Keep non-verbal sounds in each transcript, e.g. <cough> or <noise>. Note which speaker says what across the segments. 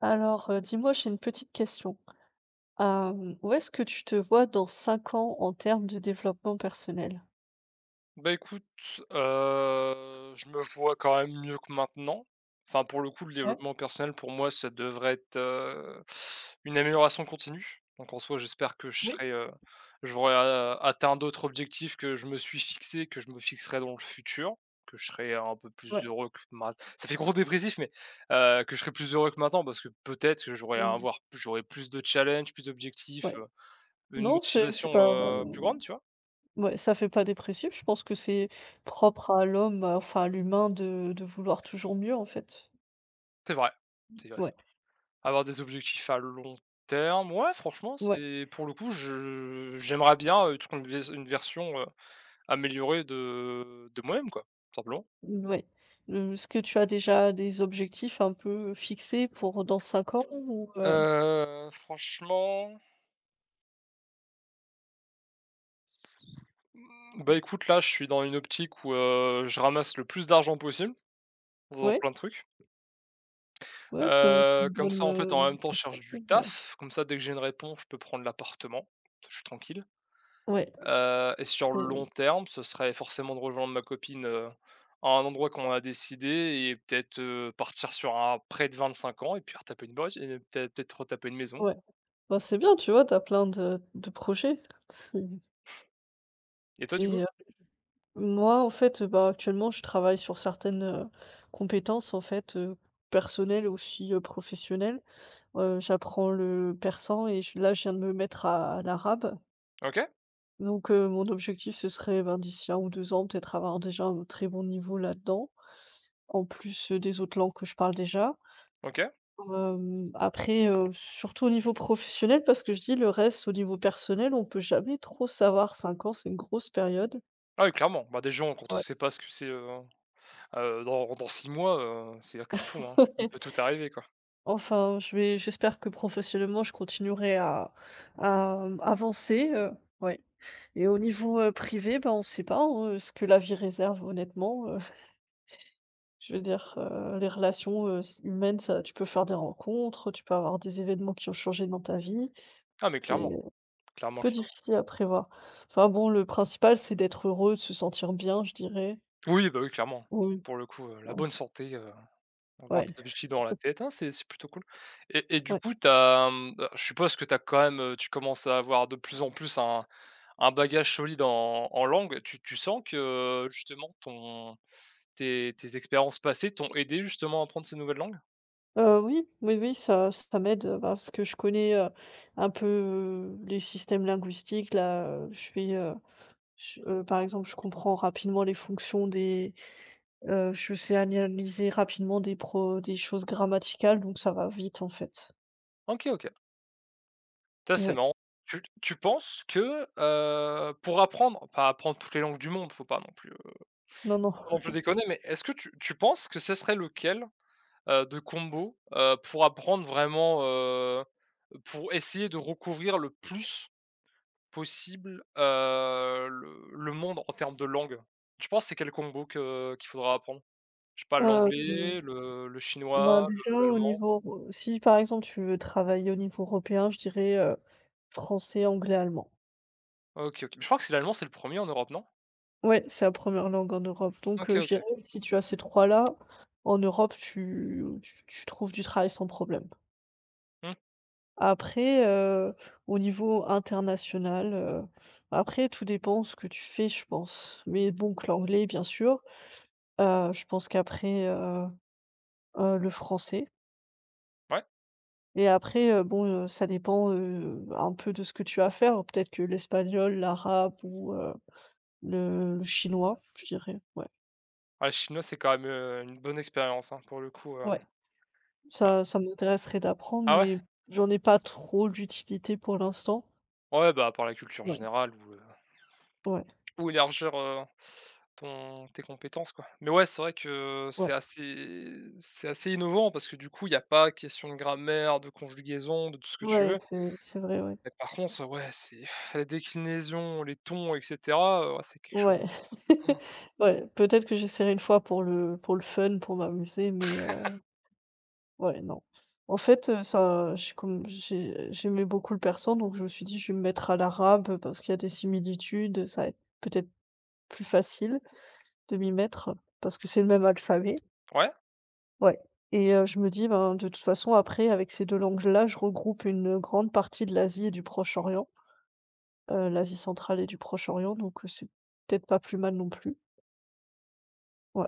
Speaker 1: Alors, dis-moi, j'ai une petite question. Où est-ce que tu te vois dans 5 ans en termes de développement personnel?
Speaker 2: Bah, écoute, je me vois quand même mieux que maintenant. Enfin, pour le coup, le
Speaker 1: Ouais,
Speaker 2: développement personnel, pour moi, ça devrait être, une amélioration continue. Donc en soi, j'espère que je
Speaker 1: oui,
Speaker 2: serai, j'aurai a atteint d'autres objectifs que je me suis fixé, que je me fixerai dans le futur, que je serai un peu plus
Speaker 1: ouais.
Speaker 2: heureux que maint ça fait gros dépressif, mais, que je serai plus heureux que maintenant parce que peut-être que j'aurai à
Speaker 1: Mmh,
Speaker 2: avoir j'aurai plus de challenges, plus d'objectifs,
Speaker 1: ouais.
Speaker 2: une
Speaker 1: Non, c'est
Speaker 2: motivation,
Speaker 1: pas,
Speaker 2: plus grande, tu vois?
Speaker 1: ouais, ça fait pas dépressif. Je pense que c'est propre à l'homme, enfin, à l'humain de vouloir toujours mieux, en fait.
Speaker 2: C'est vrai, c'est vrai,
Speaker 1: Ouais,
Speaker 2: avoir des objectifs à long terme, ouais, franchement,
Speaker 1: ouais,
Speaker 2: c'est pour le coup, je j'aimerais bien, trouver une version, améliorée de moi-même, quoi, tout simplement.
Speaker 1: mmh, ouais. Est-ce que tu as déjà des objectifs un peu fixés pour dans 5 ans ou?
Speaker 2: Franchement, bah, écoute, là, je suis dans une optique où, je ramasse le plus d'argent possible, en faisant
Speaker 1: Ouais,
Speaker 2: plein de trucs.
Speaker 1: ouais, c'est
Speaker 2: Heu,
Speaker 1: une
Speaker 2: comme
Speaker 1: bonne,
Speaker 2: ça, en fait, en même temps, je cherche
Speaker 1: perspective,
Speaker 2: du
Speaker 1: ouais.
Speaker 2: taf. Comme ça, dès que j'ai une réponse, je peux prendre l'appartement. Je suis tranquille.
Speaker 1: Ouais,
Speaker 2: Et sur le
Speaker 1: c'est
Speaker 2: long terme, ce serait forcément de rejoindre ma copine, à un endroit qu'on a décidé et peut-être, partir sur un prêt de 25 ans et puis retaper une boîte et peut-être retaper une maison,
Speaker 1: ouais.
Speaker 2: quoi.
Speaker 1: Bah, c'est bien, tu vois, t'as plein de projets. Mhm.
Speaker 2: Et toi, du
Speaker 1: Et
Speaker 2: coup?
Speaker 1: moi, en fait, bah, actuellement, je travaille sur certaines, compétences, en fait, personnelles aussi, professionnelles. J'apprends le persan et je viens de me mettre à l'arabe.
Speaker 2: OK,
Speaker 1: Donc mon objectif, ce serait, ben, d'ici 1 ou 2 ans, peut-être avoir déjà un très bon niveau là-dedans, en plus, des autres langues que je parle déjà.
Speaker 2: OK.
Speaker 1: Après, surtout au niveau professionnel, parce que je dis le reste au niveau personnel, on peut jamais trop savoir. Cinq ans, c'est une grosse période.
Speaker 2: Ah oui, clairement, bah, des gens quand on
Speaker 1: Ouais.
Speaker 2: sait pas ce que c'est, dans 6 mois, c'est vrai que c'est fou, hein. Il peut tout
Speaker 1: <laughs>
Speaker 2: arriver, quoi.
Speaker 1: Enfin, je vais j'espère que professionnellement, je continuerai à avancer, ouais. Et au niveau, privé, ben, on ne sait pas, hein, ce que la vie réserve honnêtement, <laughs> Je veux dire, les relations, humaines, ça tu peux faire des rencontres, tu peux avoir des événements qui ont changé dans ta vie.
Speaker 2: Ah mais clairement, clairement,
Speaker 1: Peu
Speaker 2: clairement.
Speaker 1: difficile à prévoir. Enfin bon, le principal, c'est d'être heureux, de se sentir bien, je dirais.
Speaker 2: Oui, bah, oui, clairement.
Speaker 1: Oui,
Speaker 2: Pour le coup, la
Speaker 1: ouais,
Speaker 2: bonne santé, avoir
Speaker 1: ouais,
Speaker 2: des objectifs dans la tête, hein, c'est plutôt cool. Et du
Speaker 1: ouais.
Speaker 2: coup, tu as, je suppose que tu as quand même, tu commences à avoir de plus en plus un bagage solide en langue. Tu sens que, justement, ton tes tes expériences passées t'ont aidé, justement, à apprendre ces nouvelles langues?
Speaker 1: Oui, oui, oui, ça m'aide, parce que je connais, un peu, les systèmes linguistiques. Là, je fais, je par exemple, je comprends rapidement les fonctions des je sais analyser rapidement des choses grammaticales, donc ça va vite, en fait.
Speaker 2: OK, OK. Ça, c'est
Speaker 1: Ouais,
Speaker 2: marrant. Tu penses que, pour apprendre, pas apprendre toutes les langues du monde, faut pas non plus,
Speaker 1: non, non.
Speaker 2: faut non plus déconner, mais est-ce que tu penses que ce serait lequel de combos, pour apprendre vraiment, pour essayer de recouvrir le plus possible, le monde en termes de langue. Tu penses c'est quel combo que qu'il faudra apprendre? Je sais pas,
Speaker 1: Hem
Speaker 2: l'anglais, le
Speaker 1: Ben
Speaker 2: chinois,
Speaker 1: déjà
Speaker 2: le
Speaker 1: au
Speaker 2: l'allemand?
Speaker 1: niveau si par exemple tu veux travailler au niveau européen, je dirais, français, anglais, allemand.
Speaker 2: OK, OK. Je crois que c'est l'allemand, c'est le premier en Europe, non?
Speaker 1: Ouais, c'est la première langue en Europe donc
Speaker 2: OK,
Speaker 1: je dirais
Speaker 2: OK.
Speaker 1: que si tu as ces trois là en Europe, tu trouves du travail sans problème.
Speaker 2: Mmh,
Speaker 1: Après, au niveau international, après tout dépend ce que tu fais, je pense. Mais bon que l'anglais bien sûr, je pense qu'après, le français.
Speaker 2: ouais.
Speaker 1: Et après, bon, ça dépend, un peu de ce que tu vas faire. Peut-être que l'espagnol, l'arabe ou, le chinois, je dirais. Ouais,
Speaker 2: Ah, le chinois, c'est quand même, une bonne expérience, hein, pour le coup.
Speaker 1: ouais,
Speaker 2: Ah
Speaker 1: ça m'intéresserait d'apprendre,
Speaker 2: ah ouais?
Speaker 1: mais j'en ai pas trop l'utilité pour l'instant.
Speaker 2: Ouais, bah, par la culture
Speaker 1: Ouais,
Speaker 2: générale, ou,
Speaker 1: ouais,
Speaker 2: Ou élargir, ton tes compétences, quoi. Mais ouais, c'est vrai que
Speaker 1: ouais,
Speaker 2: c'est assez innovant parce que du coup, il y a pas question de grammaire, de conjugaison, de tout ce que tu
Speaker 1: ouais,
Speaker 2: veux.
Speaker 1: c'est vrai, ouais.
Speaker 2: Mais par contre, ouais, c'est <laughs> <sighs> la déclinaison, les tons etc., ouais, c'est quelque chose,
Speaker 1: Ouais,
Speaker 2: hein.
Speaker 1: <laughs> ouais, peut-être que j'essaierai une fois pour le fun, pour m'amuser, mais Ouais, non. En fait, ça je comme j'aimais beaucoup le persan, donc je me suis dit: «Je vais me mettre à l'arabe, parce qu'il y a des similitudes, ça va être peut-être plus facile de m'y mettre, parce que c'est le même alphabet».
Speaker 2: Ouais?
Speaker 1: Ouais et je me dis: «Ben, de toute façon, après, avec ces 2 langues-là, je regroupe une, grande partie de l'Asie et du Proche-Orient, l'Asie centrale et du Proche-Orient, donc c'est peut-être pas plus mal non plus». Ouais,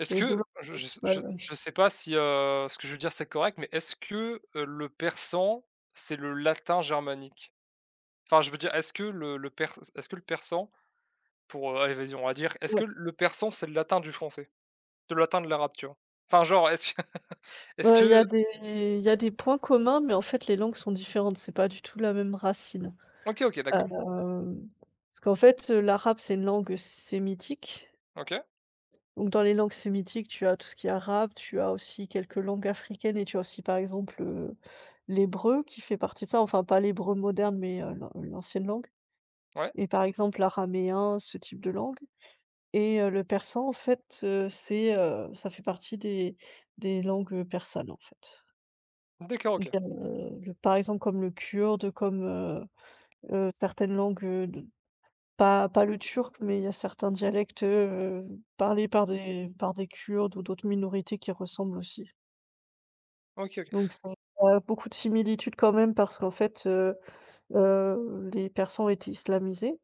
Speaker 1: c'est les 2
Speaker 2: que
Speaker 1: langues
Speaker 2: je je
Speaker 1: principales,
Speaker 2: je
Speaker 1: ouais.
Speaker 2: je sais pas si, ce que je veux dire, c'est correct, mais est-ce que, le persan, c'est le latin germanique? Enfin, je veux dire, est-ce que le pers est-ce que le persan pour, allez, vas-y, on va dire, est-ce que
Speaker 1: Ouais.
Speaker 2: le persan, c'est le latin du français? De l'atteindre la rapture? Enfin, genre, est-ce que <laughs> est-ce
Speaker 1: Il y
Speaker 2: que
Speaker 1: a des il y a des points communs, mais en fait, les langues sont différentes. C'est pas du tout la même racine.
Speaker 2: OK, OK, d'accord.
Speaker 1: Hem, Parce qu'en fait, l'arabe, c'est une langue sémitique.
Speaker 2: OK,
Speaker 1: Donc dans les langues sémitiques, tu as tout ce qui est arabe, tu as aussi quelques langues africaines et tu as aussi, par exemple, l'hébreu qui fait partie de ça. Enfin, pas l'hébreu moderne, mais l'ancienne langue
Speaker 2: ouais.
Speaker 1: et par exemple, l'araméen, ce type de langue et le persan, en fait, ça fait partie des langues, persanes, en fait.
Speaker 2: D'accord, OK.
Speaker 1: Bien, le par exemple comme le kurde, comme, certaines langues, de pas le turc, mais il y a certains dialectes, parlés par des Kurdes ou d'autres minorités qui ressemblent aussi.
Speaker 2: OK, OK.
Speaker 1: Donc c'est a beaucoup de similitudes quand même parce qu'en fait, les Persans étaient islamisés,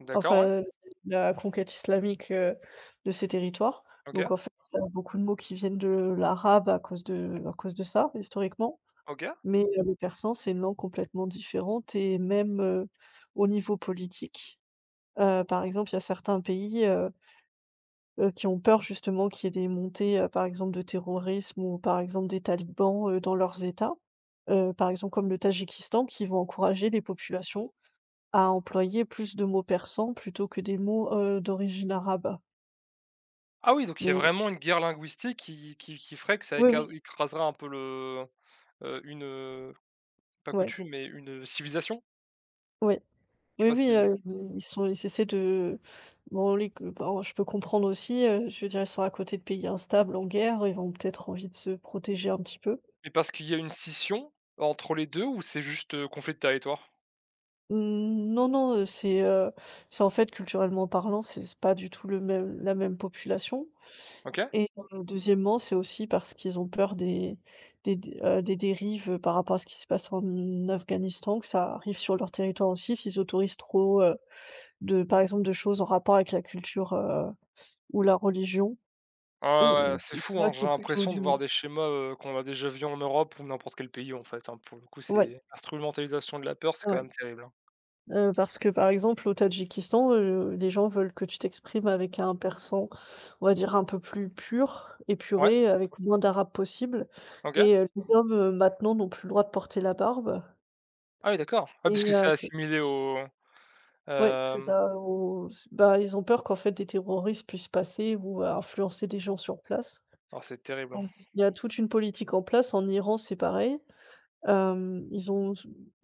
Speaker 2: D'accord, ouais.
Speaker 1: enfin, la conquête islamique, de ces territoires. Donc
Speaker 2: OK,
Speaker 1: en fait, il y a beaucoup de mots qui viennent de l'arabe à cause de ça, historiquement.
Speaker 2: OK.
Speaker 1: Mais le persan, c'est une langue complètement différente et même, au niveau politique, par exemple, il y a certains pays, qui ont peur justement qu'il y ait des montées, par exemple de terrorisme ou par exemple des talibans, dans leurs États, par exemple comme le Tadjikistan qui vont encourager les populations à employer plus de mots persans plutôt que des mots, d'origine arabe.
Speaker 2: Ah oui, donc il y a
Speaker 1: Mais
Speaker 2: vraiment une guerre linguistique qui ferait que ça
Speaker 1: oui, oui,
Speaker 2: écraserait un peu le, une, pas
Speaker 1: ouais,
Speaker 2: coutume, mais une, civilisation?
Speaker 1: ouais.
Speaker 2: Je sais
Speaker 1: Oui,
Speaker 2: pas
Speaker 1: oui,
Speaker 2: si,
Speaker 1: ils essaient de bon, les que parents je peux comprendre aussi, je veux dire, ils sont à côté de pays instables, en guerre, ils ont peut-être envie de se protéger un petit peu.
Speaker 2: mais parce qu'il y a une scission entre les 2, ou c'est juste, conflit de territoire?
Speaker 1: Mmh, non, non, c'est en fait, culturellement parlant, c'est pas du tout le même la même population
Speaker 2: OK.
Speaker 1: et deuxièmement, c'est aussi parce qu'ils ont peur des dérives par rapport à ce qui se passe en Afghanistan, que ça arrive sur leur territoire aussi, s'ils autorisent trop, de par exemple, de choses en rapport avec la culture, ou la religion.
Speaker 2: Ah ouais, ouais, c'est
Speaker 1: Tu
Speaker 2: fou,
Speaker 1: vois,
Speaker 2: hein, j'ai
Speaker 1: qui est plutôt
Speaker 2: l'impression de
Speaker 1: du
Speaker 2: voir des schémas, qu'on a déjà vus en Europe ou n'importe quel pays, en fait, hein. Pour le coup,
Speaker 1: ouais,
Speaker 2: c'est l'instrumentalisation de la peur, c'est quand
Speaker 1: ouais,
Speaker 2: même terrible, hein.
Speaker 1: parce que, par exemple, au Tadjikistan, les gens veulent que tu t'exprimes avec un persan, on va dire, un peu plus pur,
Speaker 2: Ouais?
Speaker 1: épuré, avec le moins d'arabe possible
Speaker 2: OK.
Speaker 1: et les hommes, maintenant, n'ont plus le droit de porter la barbe
Speaker 2: Ah oui, d'accord. Ouais
Speaker 1: et
Speaker 2: parce que c'est
Speaker 1: ce
Speaker 2: assimilé au,
Speaker 1: ouais, c'est
Speaker 2: hem,
Speaker 1: ça, ou s bah, ils ont peur qu'en fait, des terroristes puissent passer ou influencer des gens sur place
Speaker 2: oh c'est terrible, hein.
Speaker 1: donc il y a toute une politique en place. En Iran, c'est pareil. Hem, ils ont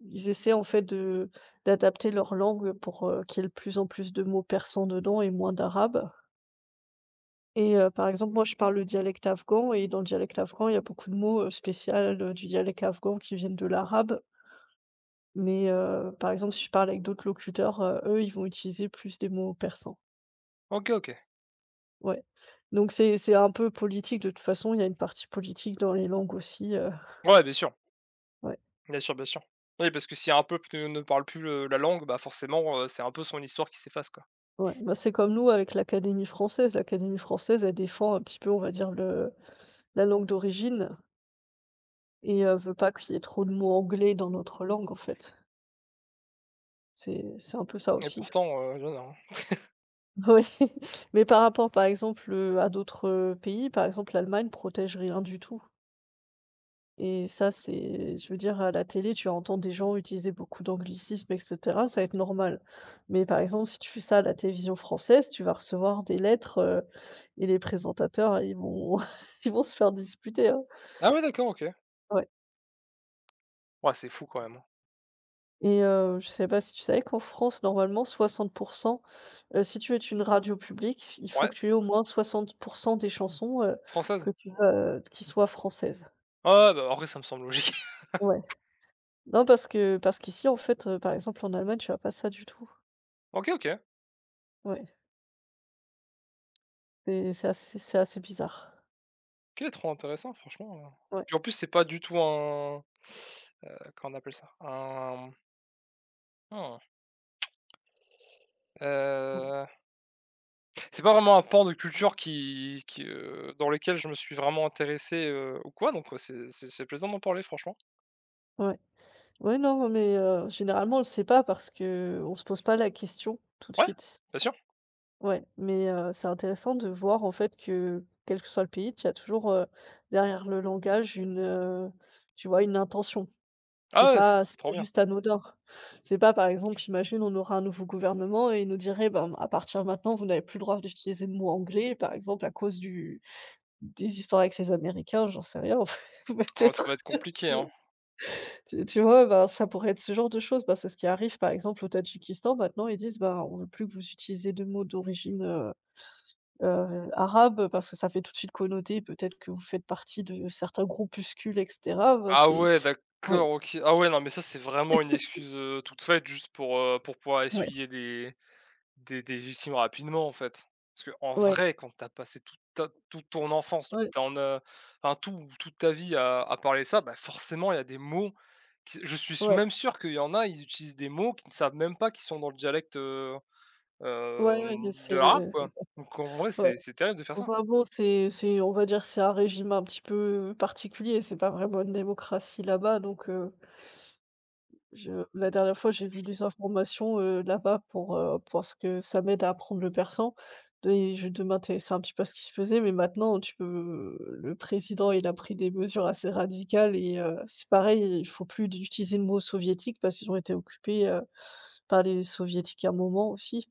Speaker 1: ils essaient en fait de d'adapter leur langue pour, qu'il y ait de plus en plus de mots persans dedans et moins d'arabe et par exemple, moi, je parle le dialecte afghan et dans le dialecte afghan, il y a beaucoup de mots, spécial, du dialecte afghan qui viennent de l'arabe mais par exemple, si je parle avec d'autres locuteurs, eux, ils vont utiliser plus des mots persans.
Speaker 2: OK, OK.
Speaker 1: Ouais, donc c'est un peu politique de toute façon, il y a une partie politique dans les langues aussi,
Speaker 2: Ouais, bien sûr,
Speaker 1: ouais.
Speaker 2: bien sûr, bien sûr. Oui parce que si un peuple ne parle plus le la langue, bah, forcément, c'est un peu son histoire qui s'efface, quoi.
Speaker 1: Ouais, bah, c'est comme nous avec l'Académie française. L'Académie française, elle défend un petit peu, on va dire, le la langue d'origine et veut pas qu'il y ait trop de mots anglais dans notre langue, en fait. C'est un peu ça
Speaker 2: Et
Speaker 1: aussi. <laughs>
Speaker 2: pourtant, il y en a, hein.
Speaker 1: Oui. Mais par rapport, par exemple, à d'autres, pays, par exemple, l'Allemagne protège rien du tout. Et ça, c'est je veux dire, à la télé, tu entends des gens utiliser beaucoup d'anglicismes et cetera, ça va être normal. Mais par exemple, si tu fais ça à la télévision française, tu vas recevoir des lettres, et les présentateurs, ils vont <laughs> ils vont se faire disputer, hein.
Speaker 2: Ah ouais, d'accord, OK.
Speaker 1: Ouais
Speaker 2: Ouais, c'est fou quand même, hein.
Speaker 1: et je sais pas si tu savais qu'en France, normalement 60 si tu es une radio publique, il faut
Speaker 2: Ouais,
Speaker 1: que tu aies au moins 60 des chansons,
Speaker 2: française?
Speaker 1: que tu vas qui soient françaises.
Speaker 2: Ouais, ouais, bah, en vrai ça me semble logique. <laughs>
Speaker 1: Ouais. Non, parce que parce qu'ici, en fait, par exemple, en Allemagne, tu as pas ça du tout.
Speaker 2: OK, OK.
Speaker 1: Ouais. C'est assez c'est assez bizarre.
Speaker 2: OK, trop intéressant franchement,
Speaker 1: Ouais.
Speaker 2: puis en plus c'est pas du tout un, heu, comment on appelle ça? Un, mmh,
Speaker 1: Mmh.
Speaker 2: heu c'est pas vraiment un pan de culture qui dans lequel je me suis vraiment intéressé, ou quoi, donc, c'est plaisant d'en parler franchement.
Speaker 1: Ouais. Ouais, non, mais généralement, on le sait pas parce que on se pose pas la question tout de
Speaker 2: Ouais,
Speaker 1: suite.
Speaker 2: bien sûr.
Speaker 1: Ouais, mais c'est intéressant de voir, en fait, que quel que soit le pays, il y a toujours, derrière le langage une, tu vois, une intention.
Speaker 2: Ah ouais, c'est
Speaker 1: C'est
Speaker 2: trop
Speaker 1: pas
Speaker 2: bien.
Speaker 1: juste anodin. C'est pas, par exemple, imagine, on aura un nouveau gouvernement et il nous dirait: «Ben, à partir de maintenant, vous n'avez plus le droit d'utiliser le mot anglais, par exemple, à cause du» Des histoires avec les Américains, j'en sais rien en fait, <laughs>
Speaker 2: Ah, ça va
Speaker 1: peut-être,
Speaker 2: être
Speaker 1: <laughs>
Speaker 2: compliqué,
Speaker 1: tu
Speaker 2: hein.
Speaker 1: tu vois? Ben, ça pourrait être ce genre de choses. Ben, c'est ce qui arrive par exemple au Tadjikistan maintenant, ils disent: «Ben, on ne veut plus que vous utilisez de mots d'origine, arabe parce que ça fait tout de suite connoter peut-être que vous faites partie de certains groupuscules» et cetera. Ben,
Speaker 2: Ah
Speaker 1: c'est
Speaker 2: ouais,
Speaker 1: ouais,
Speaker 2: d'accord, OK. Ah ouais, non, mais ça, c'est vraiment une excuse, toute faite juste pour pouvoir
Speaker 1: ouais,
Speaker 2: essuyer des légitimes rapidement, en fait. Parce que en
Speaker 1: ouais,
Speaker 2: vrai, quand t'as passé toute ton enfance,
Speaker 1: ouais,
Speaker 2: ton, enfin toute ta vie à parler ça, bah, forcément, il y a des mots qui je suis
Speaker 1: ouais,
Speaker 2: même sûr qu'il y en a, ils utilisent des mots qu'ils ne savent même pas qu'ils sont dans le dialecte,
Speaker 1: ouais, ouais,
Speaker 2: de l'arabe,
Speaker 1: c'est
Speaker 2: quoi.
Speaker 1: ça,
Speaker 2: Donc en vrai,
Speaker 1: ouais.
Speaker 2: c'est terrible de faire ça.
Speaker 1: Enfin bon, c'est on va dire c'est un régime un petit peu particulier, c'est pas vraiment une démocratie là-bas donc Je la dernière fois, j'ai vu des informations, là-bas pour, parce que ça m'aide à apprendre le persan et je de m'intéresser un petit peu à ce qui se faisait, mais maintenant tu peux le président, il a pris des mesures assez radicales et c'est pareil, il faut plus d'utiliser le mot soviétique parce qu'ils ont été occupés, par les soviétiques à un moment aussi.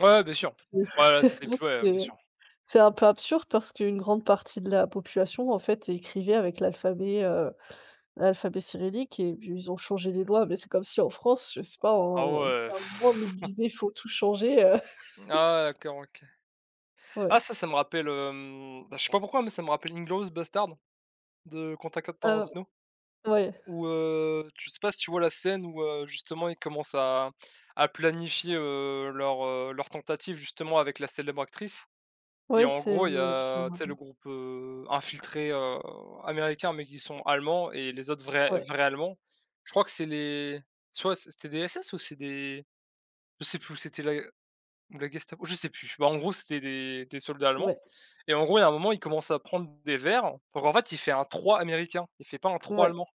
Speaker 2: Ouais, ouais, bien sûr.
Speaker 1: C'est-
Speaker 2: Voilà, c'était
Speaker 1: <laughs> Donc
Speaker 2: plus ouais,
Speaker 1: c'est
Speaker 2: bien sûr.
Speaker 1: c'est un peu absurde parce qu'une grande partie de la population, en fait, écrivait avec l'alphabet, l'alphabet cyrillique et puis ils ont changé les lois, mais c'est comme si en France, je sais pas,
Speaker 2: Ah
Speaker 1: on
Speaker 2: ouais. <laughs>
Speaker 1: à un moment on nous
Speaker 2: pff.
Speaker 1: disait: «Faut tout changer»,
Speaker 2: Ah d'accord, OK.
Speaker 1: <laughs>
Speaker 2: Ah
Speaker 1: ouais,
Speaker 2: ça, ça me rappelle, bah, je sais pas pourquoi, mais ça me rappelle Inglourious Bastard de Quentin
Speaker 1: heu,
Speaker 2: Tarantino.
Speaker 1: ouais,
Speaker 2: Ou, je sais pas si tu vois la scène où, justement ils commencent à planifier, leur tentative justement avec la célèbre actrice et
Speaker 1: ouais,
Speaker 2: en
Speaker 1: c'est
Speaker 2: gros il y
Speaker 1: ouais, je me
Speaker 2: a, tu sais le
Speaker 1: rappelle,
Speaker 2: groupe, infiltré, américain mais qui sont allemands et les autres vrais
Speaker 1: ouais,
Speaker 2: vrais allemands. Je crois que c'est les soit c'était des SS ou c'est des je sais plus, c'était la ou la Gestapo, je sais plus. Bah, en gros c'était des soldats allemands
Speaker 1: ouais,
Speaker 2: et en gros il y a un moment, ils commencent à prendre des verres, donc en fait il fait un 3 américain, il fait pas un trois
Speaker 1: ouais,
Speaker 2: allemand.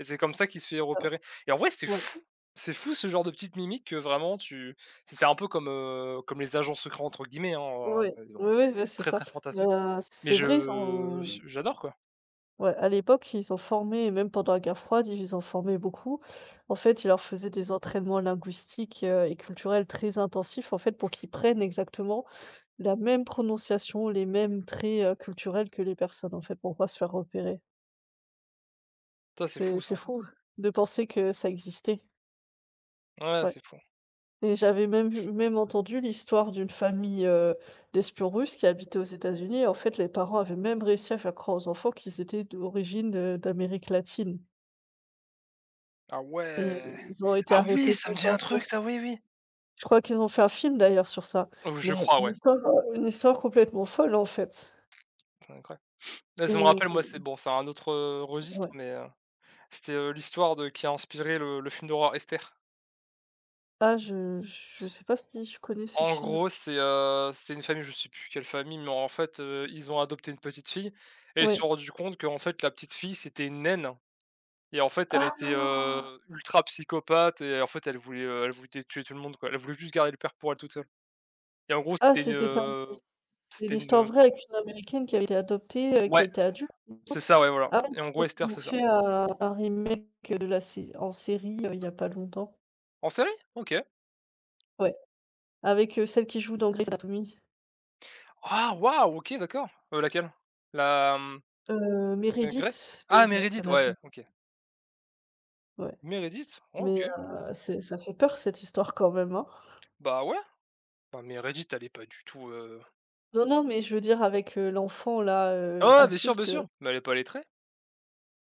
Speaker 2: Et c'est comme ça qu'il se fait
Speaker 1: heu,
Speaker 2: repérer. Et en vrai, c'est
Speaker 1: ouais,
Speaker 2: fou. C'est fou ce genre de petite mimique que vraiment tu c'est un peu comme, comme «les agents secrets» entre guillemets, hein,
Speaker 1: ouais, oui,
Speaker 2: bon,
Speaker 1: oui, bah,
Speaker 2: c'est
Speaker 1: c'est
Speaker 2: très,
Speaker 1: ça.
Speaker 2: très fantasmé. Mais
Speaker 1: C'est vrai, ils ont,
Speaker 2: je j'adore quoi.
Speaker 1: ouais, à l'époque, ils ont formé et même pendant la guerre froide, ils ont formé beaucoup. En fait, ils leur faisaient des entraînements linguistiques, et culturels très intensifs, en fait, pour qu'ils prennent exactement la même prononciation, les mêmes traits, culturels que les personnes, en fait, pour pas se faire repérer.
Speaker 2: Ça, c'est
Speaker 1: C'est
Speaker 2: fou
Speaker 1: c'est
Speaker 2: ça.
Speaker 1: fou de penser que ça existait,
Speaker 2: Ouais,
Speaker 1: ouais
Speaker 2: c'est fou.
Speaker 1: et j'avais même vu même entendu l'histoire d'une famille, d'espions russes qui habitait aux États-Unis et en fait, les parents avaient même réussi à faire croire aux enfants qu'ils étaient d'origine, d'Amérique latine
Speaker 2: Ah
Speaker 1: et
Speaker 2: ouais!
Speaker 1: ils ont été
Speaker 2: Ah oui,
Speaker 1: arrêtés
Speaker 2: ça me dit
Speaker 1: longtemps
Speaker 2: un
Speaker 1: après.
Speaker 2: truc ça, oui, oui.
Speaker 1: Je crois qu'ils ont fait un film d'ailleurs sur ça,
Speaker 2: Je
Speaker 1: mais
Speaker 2: crois, ouais.
Speaker 1: une histoire complètement folle, en fait
Speaker 2: C'est incroyable. Là, ça me rappelle
Speaker 1: et
Speaker 2: moi, c'est bon, c'est un autre, registre
Speaker 1: ouais.
Speaker 2: mais, c'était, l'histoire de qui a inspiré le film d'horreur Esther.
Speaker 1: Ah, je sais pas si je connais ce
Speaker 2: En
Speaker 1: film?
Speaker 2: gros, c'est une famille, je sais plus quelle famille, mais en fait, ils ont adopté une petite fille et ils se
Speaker 1: Oui.
Speaker 2: sont rendus compte qu'en fait la petite fille, c'était une naine et en fait elle était,
Speaker 1: Ah!
Speaker 2: ultra psychopathe et en fait elle voulait tuer tout le monde, quoi. Elle voulait juste garder le père pour elle toute seule et en gros
Speaker 1: Ah,
Speaker 2: c'était une,
Speaker 1: c'était pas.
Speaker 2: heu,
Speaker 1: C'est une
Speaker 2: c'était
Speaker 1: histoire
Speaker 2: une,
Speaker 1: vraie avec une américaine qui a été adoptée, qui a
Speaker 2: ouais,
Speaker 1: été adulte.
Speaker 2: c'est ça, ouais, voilà,
Speaker 1: Ah oui,
Speaker 2: et
Speaker 1: je
Speaker 2: en gros
Speaker 1: crois
Speaker 2: Esther,
Speaker 1: qu'ils ont
Speaker 2: c'est ça.
Speaker 1: fait un remake, de la sé en série, il y a pas longtemps.
Speaker 2: En série? OK.
Speaker 1: Ouais, avec, celle qui joue dans Grey's Anatomy.
Speaker 2: Ah waouh! OK, d'accord. Laquelle? La, mmh, Grey?
Speaker 1: Meredith de
Speaker 2: Ah
Speaker 1: Grey's
Speaker 2: Meredith, ouais,
Speaker 1: Anatomy,
Speaker 2: OK.
Speaker 1: ouais.
Speaker 2: Meredith? Oh
Speaker 1: Mais,
Speaker 2: OK.
Speaker 1: c'est ça fait peur cette histoire quand même, hein.
Speaker 2: Bah ouais, bah Meredith elle est pas du tout,
Speaker 1: Non, non, mais je veux dire avec, l'enfant là,
Speaker 2: oh! Bien
Speaker 1: adulte,
Speaker 2: sûr, mais elle est pas lettrée.